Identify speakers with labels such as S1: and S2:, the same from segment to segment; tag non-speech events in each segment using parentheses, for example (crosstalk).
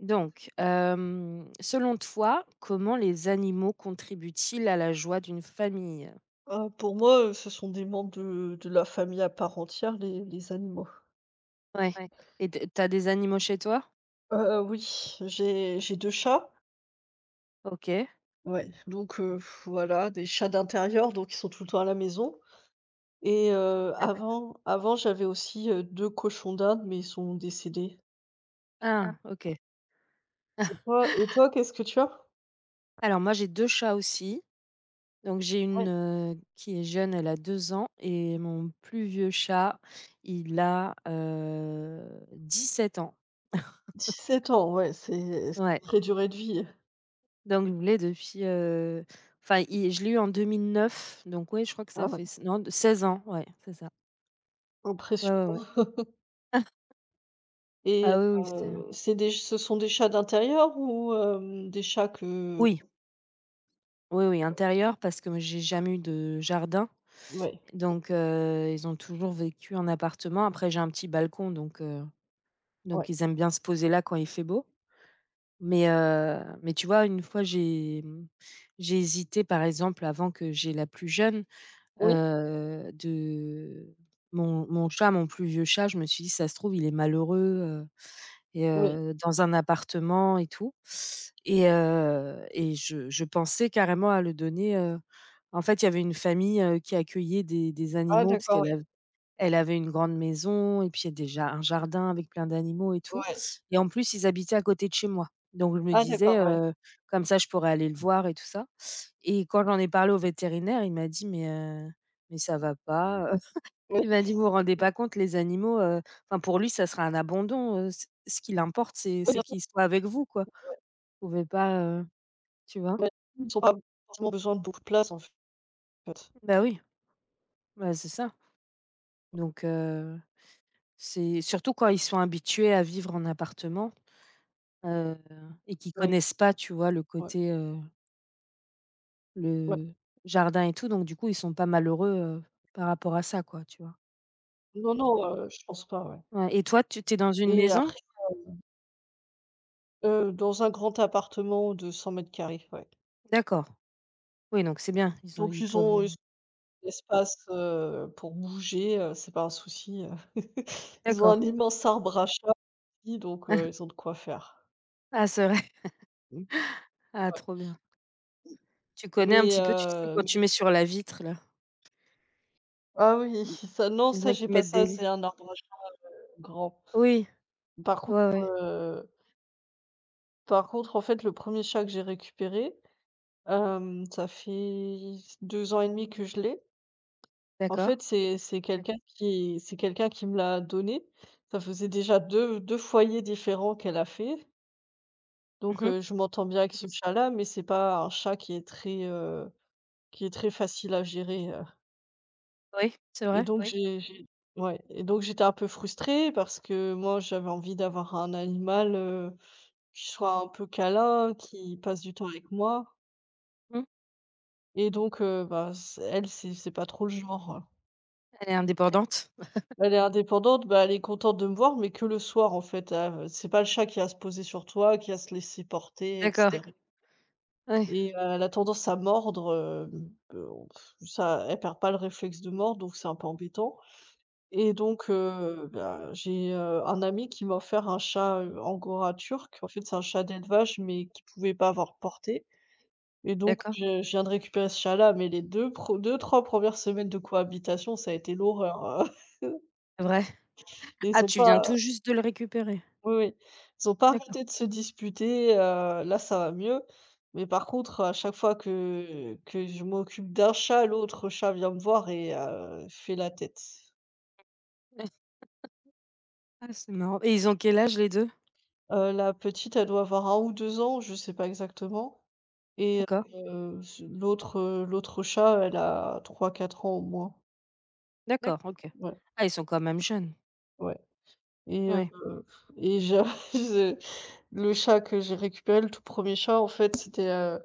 S1: Donc, selon toi, comment les animaux contribuent-ils à la joie d'une famille?
S2: Pour moi, ce sont des membres de la famille à part entière, les animaux.
S1: Ouais et tu des animaux chez toi?
S2: Oui, j'ai 2 chats,
S1: OK,
S2: ouais, donc voilà, des chats d'intérieur, donc ils sont tout le temps à la maison et Ouais.
S1: d'accord.
S2: Avant, j'avais aussi, 2 cochons d'Inde, mais ils sont décédés. Ah.
S1: Ah, OK.
S2: Et toi, qu'est-ce que tu as?
S1: Alors moi, j'ai 2 chats aussi. Donc j'ai une,
S2: Ouais.
S1: qui est jeune, elle a 2 ans et mon plus vieux chat, il a 17 ans.
S2: 7 ans, ouais, c'est
S1: Ouais,
S2: très durée de vie.
S1: donc je l'ai depuis, enfin i je l'ai eu en 2009. Donc ouais, je crois que
S2: Ah
S1: ça
S2: ouais,
S1: fait s non, 16 ans, ouais, c'est ça. Ouais, ouais, ouais.
S2: impressionnant. Et
S1: Ah oui, oui, c'est.
S2: c'est des ce sont des chats d'intérieur ou des chats que...
S1: Oui, oui, oui, intérieur parce que moi, j'ai jamais eu de jardin.
S2: ouais,
S1: Donc ils ont toujours vécu en appartement. Après j'ai un petit balcon donc
S2: ouais.
S1: ils aiment bien se poser là quand il fait beau. Mais tu vois, une fois j'ai hésité par exemple avant que j'ai la plus jeune,
S2: Oui.
S1: de mon chat, mon plus vieux chat, je me suis dit: «Ça se trouve il est malheureux, heu et
S2: Oui.
S1: dans un appartement et tout» et je pensais carrément à le donner. En fait, il y avait une famille, qui accueillait des
S2: Ah,
S1: animaux parce
S2: d'accord,
S1: qu'
S2: ouais.
S1: elle avait une grande maison et puis il y a déjà un jardin avec plein d'animaux et tout
S2: Ouais.
S1: et en plus, ils habitaient à côté de chez moi. Donc je me
S2: Ah,
S1: disais:
S2: d'accord, ouais.
S1: «Comme ça, je pourrais aller le voir et tout ça» et quand j'en ai parlé au vétérinaire, il m'a dit: «Mais ça va pas», (laughs)
S2: Oui.
S1: il m'a dit: «Vous vous rendez pas compte, les animaux» enfin pour lui, ça sera un abandon, ce qui l'importe, c'est
S2: Oui,
S1: c'est
S2: bien sûr,
S1: qu'ils soient avec vous, quoi. Vous pouvez pas, tu vois?
S2: ouais. Ils ont pas forcément besoin de beaucoup de place, en fait.
S1: Bah oui, bah, c'est ça. Donc. C'est surtout quand ils sont habitués à vivre en appartement, heu et qu'ils
S2: Ouais,
S1: connaissent pas, tu vois, le
S2: ouais,
S1: côté,
S2: ouais.
S1: le jardin et tout, donc du coup, ils sont pas malheureux, heu, par rapport à ça, quoi, tu vois?
S2: Non, non, je pense pas, ouais.
S1: Ouais et toi, tu t'es dans une
S2: Et
S1: maison?
S2: après, dans un grand appartement de 100 mètres carrés, ouais.
S1: D'accord. Oui, donc c'est bien, ils ont
S2: Donc
S1: ils
S2: ils
S1: peuvent.
S2: ont ils ont de l'espace, pour bouger, c'est pas un souci. (laughs) Ils ont un
S1: D'accord.
S2: immense arbre à chat, donc ils ont
S1: (laughs)
S2: de quoi faire.
S1: Ah, c'est vrai.
S2: Mmh,
S1: (laughs) Ah,
S2: ouais.
S1: trop bien. Tu connais un
S2: Mais
S1: petit peu, tu sais, quand tu mets sur la vitre, là,
S2: ah oui,
S1: il
S2: ça non,
S1: il y en
S2: ça
S1: a
S2: j'ai
S1: qui
S2: pas
S1: mettent
S2: ça,
S1: des lits.
S2: c'est un arbre à chat grand.
S1: Oui,
S2: Par contre,
S1: ouais, ouais,
S2: en fait, le premier chat que j'ai récupéré, ça fait 2 ans et demi que je l'ai. En
S1: d'accord.
S2: fait, c'est quelqu'un qui me l'a donné. Ça faisait déjà deux foyers différents qu'elle a fait. Donc,
S1: Mmh.
S2: je m'entends bien avec ce chat-là, mais c'est pas un chat qui est très facile à gérer
S1: Oui, c'est
S2: et
S1: vrai.
S2: donc... Oui. J'ai ouais. Et donc j'étais un peu frustrée parce que moi, j'avais envie d'avoir un animal, qui soit un peu câlin, qui passe du temps avec moi.
S1: Mmh.
S2: Et donc, bah, c elle, c'est pas trop le genre.
S1: Elle est indépendante.
S2: Elle est indépendante, bah, elle est contente de me voir, mais que le soir, en fait. C'est pas le chat qui va se poser sur toi, qui va se laisser porter, et cetera.
S1: D'accord.
S2: D'accord.
S1: Oui,
S2: Et elle a tendance à mordre. Ça, elle perd pas le réflexe de mordre, donc c'est un peu embêtant. Et donc, bah, j'ai, un ami qui m'a offert un chat, angora turc. En fait, c'est un chat d'élevage, mais qu'il pouvait pas avoir porté. Et donc
S1: d'accord.
S2: je viens de récupérer ce chat-là, mais les 2, pre 2-3 premières semaines de cohabitation, ça a été l'horreur, hein. (laughs)
S1: C'est vrai. Ah,
S2: Ils ont
S1: tu viens
S2: pas
S1: tout juste de le récupérer?
S2: Oui, oui, ils ont pas
S1: D'accord.
S2: arrêté de se disputer, là ça va mieux. Mais par contre, à chaque fois que je m'occupe d'un chat, l'autre chat vient me voir et fait la tête.
S1: Ouais. Ah, c'est marrant et ils ont quel âge les deux?
S2: La petite, elle doit avoir 1 ou 2 ans, je sais pas exactement. Et
S1: D'accord,
S2: heu, l'autre, l'autre chat, elle a 3, 4 ans au moins.
S1: d'accord,
S2: D'accord.
S1: OK.
S2: Ouais,
S1: Ah, ils sont quand même jeunes.
S2: ouais. Et heu
S1: Ouais,
S2: et j'a je (laughs) le chat que j'ai récupéré, le tout premier chat, en fait, c'était, heu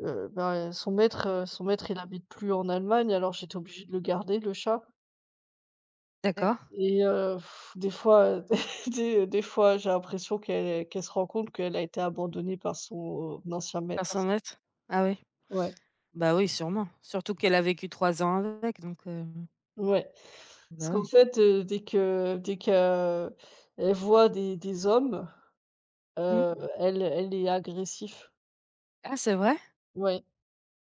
S2: heu, ben, son maître, il habite plus en Allemagne, alors j'étais obligée de le garder, le chat. D'acc...
S1: d'accord.
S2: et des fois, (laughs) des fois, j'ai l'impression qu'elle se rend compte qu'elle a été abandonnée par son ancien
S1: cinq
S2: maître.
S1: cents
S2: Son
S1: mètres, Ah oui.
S2: Ouais,
S1: Bah oui, sûrement. Surtout qu'elle a vécu 3 ans avec donc
S2: ouais. Parce
S1: bah,
S2: qu'en
S1: ouais.
S2: fait, dès qu'elle voit des hommes,
S1: Mmh.
S2: Mmh. Elle est agressive.
S1: Ah, c'est vrai?
S2: Ouais.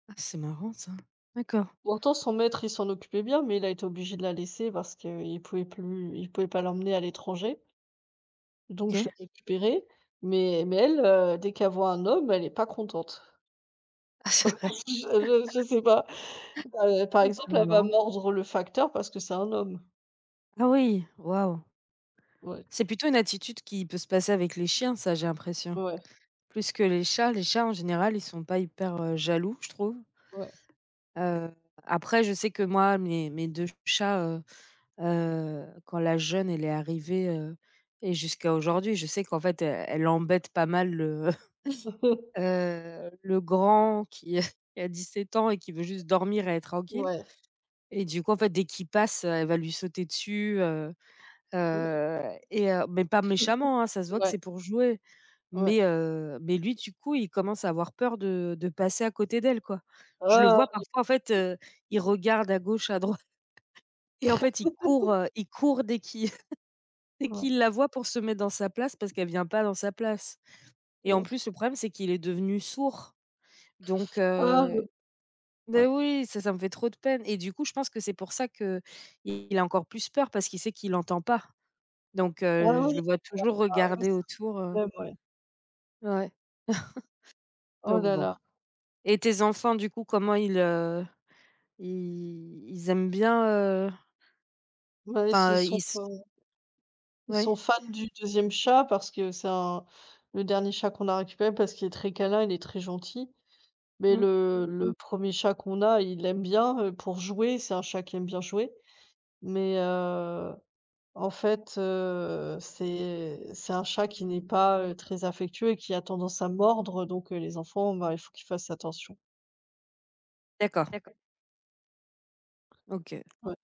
S1: Ah, c'est marrant ça. D'accord,
S2: Pourtant, son maître, il s'en occupait bien, mais il a été obligé de la laisser parce qu'il pouvait plus il pouvait pas l'emmener à l'étranger. Donc je
S1: OK.
S2: l'ai récupérée, mais elle, dès qu'elle voit un homme, elle est pas contente.
S1: Ah, c'est vrai.
S2: (laughs) Je sais pas. Par
S1: Ah, c'est
S2: exemple, elle va
S1: marrant.
S2: mordre le facteur parce que c'est un homme.
S1: Ah oui, waouh.
S2: Ouais,
S1: C'est plutôt une attitude qui peut se passer avec les chiens ça, j'ai l'impression.
S2: ouais,
S1: Plus que les chats. Les chats en général, ils sont pas hyper, jaloux, je trouve.
S2: ouais.
S1: Heu, après je sais que moi mes 2 chats, quand la jeune elle est arrivée, et jusqu'à aujourd'hui, je sais qu'en fait, elle embête pas mal le, (laughs)
S2: (laughs)
S1: le grand qui (laughs) qui a 17 ans et qui veut juste dormir et être tranquille
S2: Ouais,
S1: et du coup, en fait, dès qu'il passe, elle va lui sauter dessus, heu
S2: ouais,
S1: heu et heu, mais pas méchamment, hein, ça se voit que
S2: ouais,
S1: c'est pour jouer.
S2: ouais.
S1: Mais lui du coup, il commence à avoir peur de passer à côté d'elle, quoi. Je le vois
S2: Ah!
S1: parfois en fait, il regarde à gauche, à droite. Et en fait, il court dès qu'il (laughs) dès
S2: Ouais,
S1: qu'il la voit pour se mettre dans sa place parce qu'elle vient pas dans sa place et en
S2: ouais.
S1: plus, le problème, c'est qu'il est devenu sourd donc,
S2: Ah!
S1: beh,
S2: Ouais.
S1: oui, ça ça me fait trop de peine et du coup, je pense que c'est pour ça qu'il a encore plus peur parce qu'il sait qu'il entend pas donc
S2: Ah
S1: je
S2: oui,
S1: le vois toujours
S2: ah oui,
S1: regarder
S2: c'est un
S1: autour.
S2: problème, ouais.
S1: Ouais. (laughs)
S2: Oh
S1: Donc
S2: là
S1: bon
S2: là.
S1: et tes enfants, du coup, comment ils, ils aiment bien,
S2: Bah, c'est
S1: enfin, ils
S2: son
S1: s
S2: Ils
S1: ouais?
S2: sont fans du deuxième chat parce que c'est un le dernier chat qu'on a récupéré parce qu'il est très câlin, il est très gentil. Mais
S1: Mmh.
S2: le 1er chat qu'on a, il aime bien, pour jouer, c'est un chat qui aime bien jouer. Mais, en fait, c'est un chat qui n'est pas, très affectueux et qui a tendance à mordre, donc, les enfants, bah, il faut qu'ils fassent attention.
S1: D'accord,
S2: D'accord.
S1: OK.
S2: Ouais,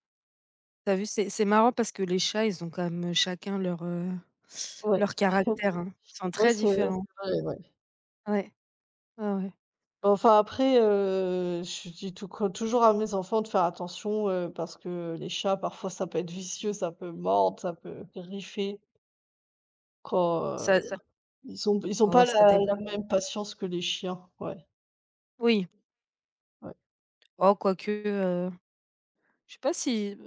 S1: T'as vu, c'est marrant parce que les chats, ils ont quand même, chacun leur,
S2: ouais.
S1: leur caractère,
S2: (laughs)
S1: hein. Ils sont
S2: Ouais,
S1: très
S2: c'est
S1: différents.
S2: c'est vrai, ouais.
S1: Ouais, ouais, ouais.
S2: Bah, enfin après, je dis toujours à mes enfants de faire attention, parce que les chats parfois ça peut être vicieux, ça peut mordre, ça peut griffer quand,
S1: Ça
S2: Ça ils ont pas
S1: Oh, ça
S2: la
S1: dépend.
S2: même patience que les chiens, ouais,
S1: Oui,
S2: ouais.
S1: oh, quoique, je sais pas si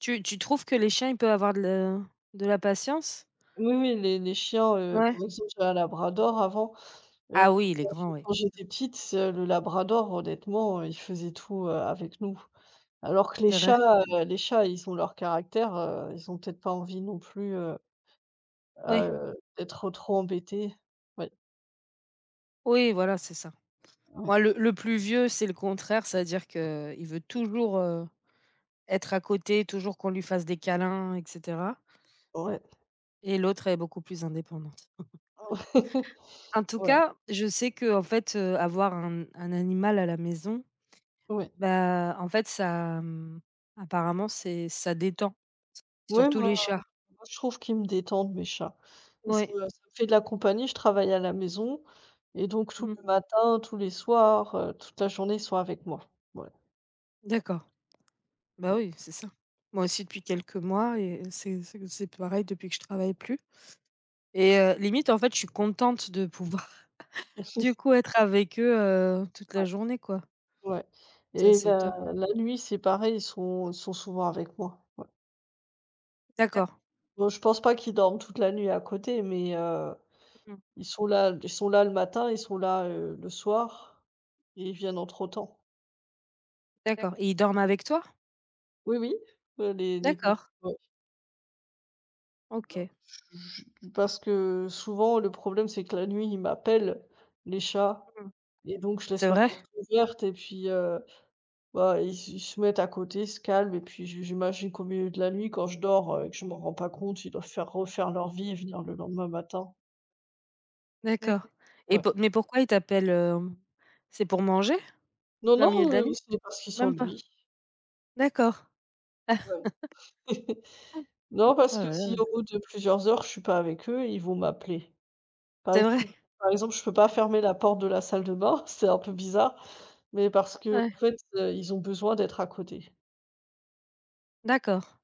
S1: tu trouves que les chiens, ils peuvent avoir de la patience?
S2: Oui, oui, les chiens,
S1: Ouais?
S2: par exemple, j'avais un labrador avant, heu,
S1: Ah oui, il est grand, oui.
S2: quand j'étais petite, le labrador, honnêtement, il faisait tout, avec nous. Alors que
S1: C'est vrai.
S2: les chats, ils ont leur caractère, ils ont peut-être pas envie non plus,
S1: Oui,
S2: d'être trop trop embêtée. Ouais.
S1: oui, voilà, c'est ça.
S2: Ouais.
S1: Moi, le plus vieux, c'est le contraire, c'est-à-dire que il veut toujours, être à côté, toujours qu'on lui fasse des câlins et cetera
S2: Ouais.
S1: et l'autre est beaucoup plus indépendante.
S2: (laughs)
S1: En tout
S2: Ouais.
S1: cas, je sais que en fait, avoir un animal à la maison,
S2: Ouais.
S1: bah, en fait, ça, apparemment, c'est ça détend.
S2: Ouais,
S1: Surtout les
S2: moi
S1: chats.
S2: moi je trouve qu'ils me détendent, mes chats. Et ça
S1: Ouais.
S2: ça me fait de la compagnie, je travaille à la maison et donc tous
S1: Mmh.
S2: les matins, tous les soirs, toute la journée, ils sont avec moi. Ouais.
S1: D'accord. Bah,
S2: Ouais.
S1: oui, c'est ça. Moi aussi depuis quelques mois et c'est pareil depuis que je travaille plus et limite, en fait, je suis contente de pouvoir, (laughs) du
S2: (laughs)
S1: coup, être avec eux, toute
S2: Ouais,
S1: la journée, quoi.
S2: ouais.
S1: Ça,
S2: Et
S1: c'est
S2: la
S1: top.
S2: la nuit, c'est pareil, ils sont souvent avec moi. Ouais. D'acc...
S1: D'accord.
S2: Bon, je pense pas qu'ils dorment toute la nuit à côté, mais
S1: Mmh.
S2: ils sont là le matin, ils sont là, le soir, et ils viennent entre-temps.
S1: D'accord
S2: D'acc...
S1: et ils dorment avec toi?
S2: oui, oui, les 2,
S1: D'accord.
S2: ouais.
S1: OK.
S2: J j Parce que souvent le problème, c'est que la nuit, ils m'appellent, les chats.
S1: Mmh.
S2: Et donc je laisse
S1: C'est
S2: ma
S1: vrai?
S2: porte ouverte et puis, bah, ils se mettent à côté, se calment. Et puis je j'imagine qu'au milieu de la nuit, quand je dors, et que je ne m'en rends pas compte, ils doivent faire refaire leur vie et venir le lendemain matin. D'acc...
S1: D'accord et
S2: Ouais.
S1: pour mais pourquoi il t'appelle, hem? C'est pour manger? En
S2: Non,
S1: plein
S2: non,
S1: milieu de la nuit?
S2: c'est parce qu'ils
S1: Même pas?
S2: s'ennuient.
S1: D'accord. Ah.
S2: Ouais. (laughs)
S1: Oh
S2: Non, parce que
S1: là
S2: si
S1: là,
S2: au bout de plusieurs heures, je suis pas avec eux, ils vont m'appeler. Par
S1: c'est vrai?
S2: exemple Par exemple, je peux pas fermer la porte de la salle de bain, (laughs) c'est un peu bizarre, mais parce que
S1: Ouais,
S2: en fait, ils ont besoin d'être à côté.
S1: d'accord.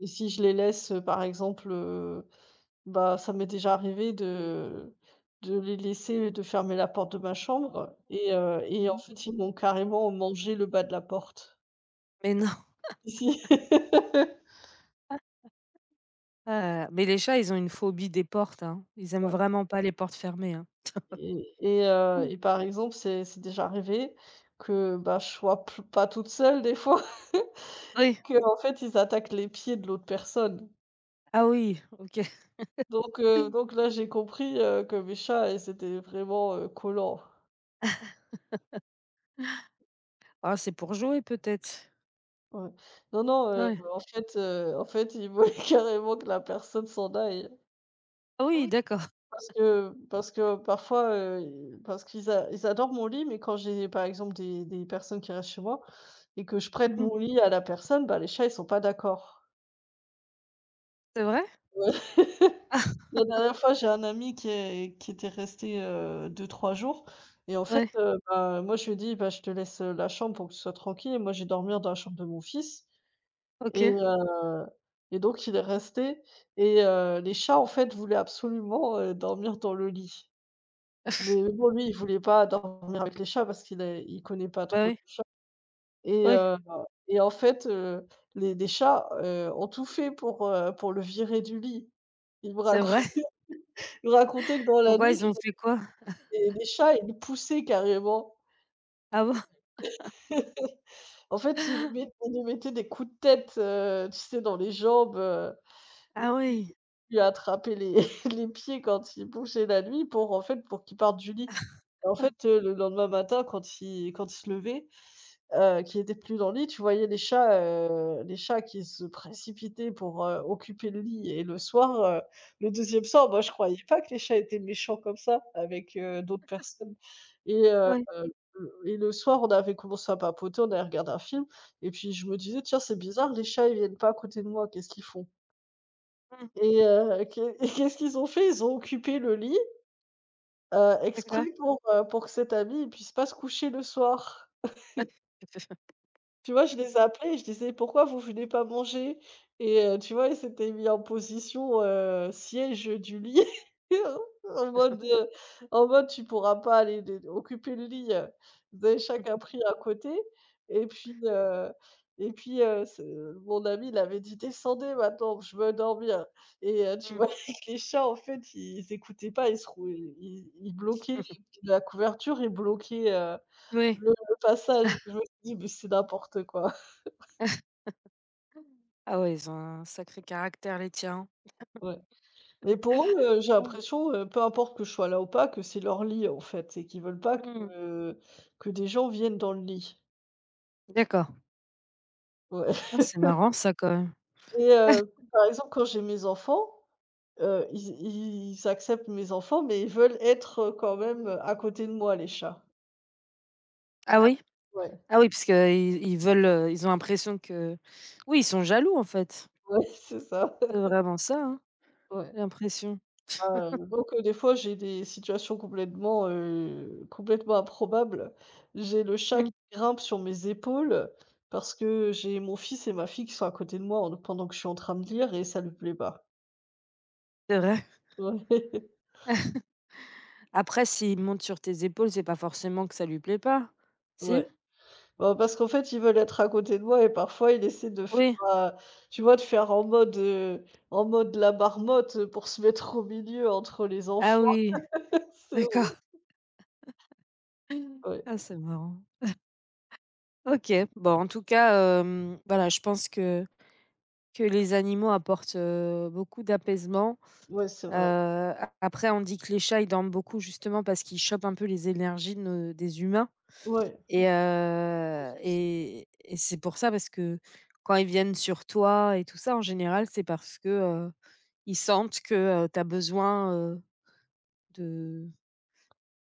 S2: Et si je les laisse, bah, ça m'est déjà arrivé de les laisser de fermer la porte de ma chambre. Et en
S1: Mhm.
S2: fait, ils m'ont carrément mangé le bas de la porte.
S1: Mais non,
S2: Si. (laughs)
S1: ah, mais les chats, ils ont une phobie des portes, hein. Ils aiment
S2: Ouais.
S1: vraiment pas les portes fermées, hein.
S2: et et heu
S1: Mm.
S2: et par exemple, c'est déjà arrivé que, bah, je sois p pas toute seule des fois,
S1: Oui.
S2: (laughs) que en fait, ils attaquent les pieds de l'autre personne.
S1: Ah oui, OK.
S2: Donc donc là, j'ai compris, que mes chats, ils étaient vraiment, collants.
S1: Ah, c'est pour jouer peut-être?
S2: Ouais. Non, non,
S1: Ouais.
S2: en fait, ils voulaient (laughs) carrément que la personne s'en aille.
S1: Ah
S2: Ah
S1: oui,
S2: oui.
S1: d'accord.
S2: Parce que parfois, i parce qu'ils a ils adorent mon lit, mais quand j'ai, par exemple, des personnes qui restent chez moi et que je prête
S1: Mmh.
S2: mon lit à la personne, bah, les chats, ils sont pas d'accord.
S1: C'est vrai?
S2: Ouais. (laughs) La dernière fois, j'ai un ami qui était resté, 2-3 jours. Et en fait,
S1: Ouais,
S2: bah, moi je lui ai dit: «Bah, je te laisse, la chambre pour que tu sois tranquille et moi j'ai vais dormir dans la chambre de mon fils». Et
S1: OK.
S2: donc il est resté. Et les chats, en fait, voulaient absolument, dormir dans le lit.
S1: (laughs)
S2: Mais bon, lui, il voulait pas dormir avec les chats parce qu'il connaît pas
S1: Bah,
S2: trop les
S1: oui,
S2: chats. Et
S1: oui,
S2: en fait, les chats, ont tout fait pour le virer du lit. Il me
S1: c'est
S2: raconte
S1: vrai.
S2: (laughs) Il me racontait que
S1: (laughs)
S2: dans la
S1: Pourquoi, ils ont
S2: nuit...
S1: fait quoi?
S2: Et les chats, ils le poussaient carrément.
S1: Ah bon?
S2: (laughs) En fait, ils nous mettaient des coups de tête, tu sais, dans les jambes,
S1: Ah
S2: ils
S1: oui,
S2: lui attrapaient les (laughs) les pieds quand il bougeait la nuit pour, en fait, pour qu'il parte du lit. Et en fait, le lendemain matin, quand il se levait, qui était plus dans le lit, tu voyais les chats qui se précipitaient pour, occuper le lit. Et le soir, le deuxième soir, moi je croyais pas que les chats étaient méchants comme ça avec, d'autres personnes. Et
S1: oui,
S2: le soir, on avait commencé à papoter, on avait regardé un film. Et puis je me disais: «Tiens, c'est bizarre, les chats, ils viennent pas à côté de moi, qu'est-ce qu'ils font?».
S1: mmh,
S2: Et qu'est (laughs) et qu'est-ce qu'ils ont fait? Ils ont occupé le lit,
S1: d'accord.
S2: exprès pour que cet ami, il puisse pas se coucher le soir.
S1: (laughs)
S2: Tu vois, je les appelais et je disais: «Pourquoi vous venez pas manger?». Et tu vois, ils s'étaient mis en position, siège du lit, (laughs) en mode, heu, en mode: «Tu pourras pas aller dé occuper le lit», ils avaient chacun
S1: Mmh.
S2: pris un côté. Et puis, ce mon ami, il avait dit: «Descendez maintenant, je veux dormir». Et tu voyais que (laughs) les chats, en fait, ils écoutaient pas, ils bloquaient la couverture, ils bloquaient,
S1: Oui.
S2: le passage. Je me suis dit: «Mais c'est n'importe quoi». (laughs)
S1: Ah ouais, ils ont un sacré caractère les tiens.
S2: Ouais. Mais pour eux, j'ai
S1: Ah ouais.
S2: l'impression, peu importe que je sois là ou pas, que c'est leur lit en fait et qu'ils veulent pas
S1: Mmh.
S2: que des gens viennent dans le lit.
S1: D'accord.
S2: Ouais.
S1: Ah
S2: (laughs)
S1: c'est marrant ça quand même.
S2: Et par exemple, quand j'ai mes enfants, ils acceptent mes enfants, mais ils veulent être, quand même, à côté de moi, les chats.
S1: Ah
S2: Ah
S1: oui?
S2: ouais?
S1: Ah oui parce que ils veulent, ils ont l'impression que oui, ils sont jaloux en fait.
S2: Ouais, (laughs) ouais, c'est ça.
S1: C'est
S2: (laughs)
S1: vraiment ça, hein,
S2: Ouais.
S1: j'ai l'impression.
S2: Ah, donc des fois, j'ai des situations complètement improbables. J'ai le chat qui
S1: Mmh.
S2: grimpe sur mes épaules parce que j'ai mon fils et ma fille qui sont à côté de moi en pendant que je suis en train de lire et ça lui plaît pas.
S1: C'est vrai.
S2: Ouais. (laughs)
S1: Après s'il monte sur tes épaules, c'est pas forcément que ça lui plaît pas? Si?
S2: Ouais. Bah, parce qu'en fait, ils veulent être à côté de moi et parfois ils essaient de faire,
S1: Oui?
S2: tu vois, de faire en mode, la marmotte, pour se mettre au milieu entre les
S1: Ah
S2: enfants.
S1: oui,
S2: (laughs) C'est vrai.
S1: d'accord.
S2: Ouais.
S1: Ah c'est marrant. OK. Bon en tout cas, voilà, je pense que les animaux apportent, beaucoup d'apaisement.
S2: Ouais, c'est vrai.
S1: Heu, après on dit que les chats, ils dorment beaucoup justement parce qu'ils chopent un peu les énergies de nos des humains
S2: Ouais.
S1: et c'est pour ça parce que quand ils viennent sur toi et tout ça, en général, c'est parce que, ils sentent que, tu as besoin, de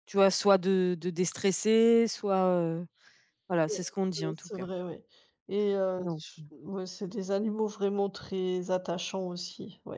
S1: tu vois, soit de déstresser, soit, voilà,
S2: Ouais,
S1: c'est ce qu'on dit
S2: c'est
S1: en tout
S2: c'est
S1: cas.
S2: vrai, oui. Et
S1: Non.
S2: ch ouais, c'est des animaux vraiment très attachants aussi, oui.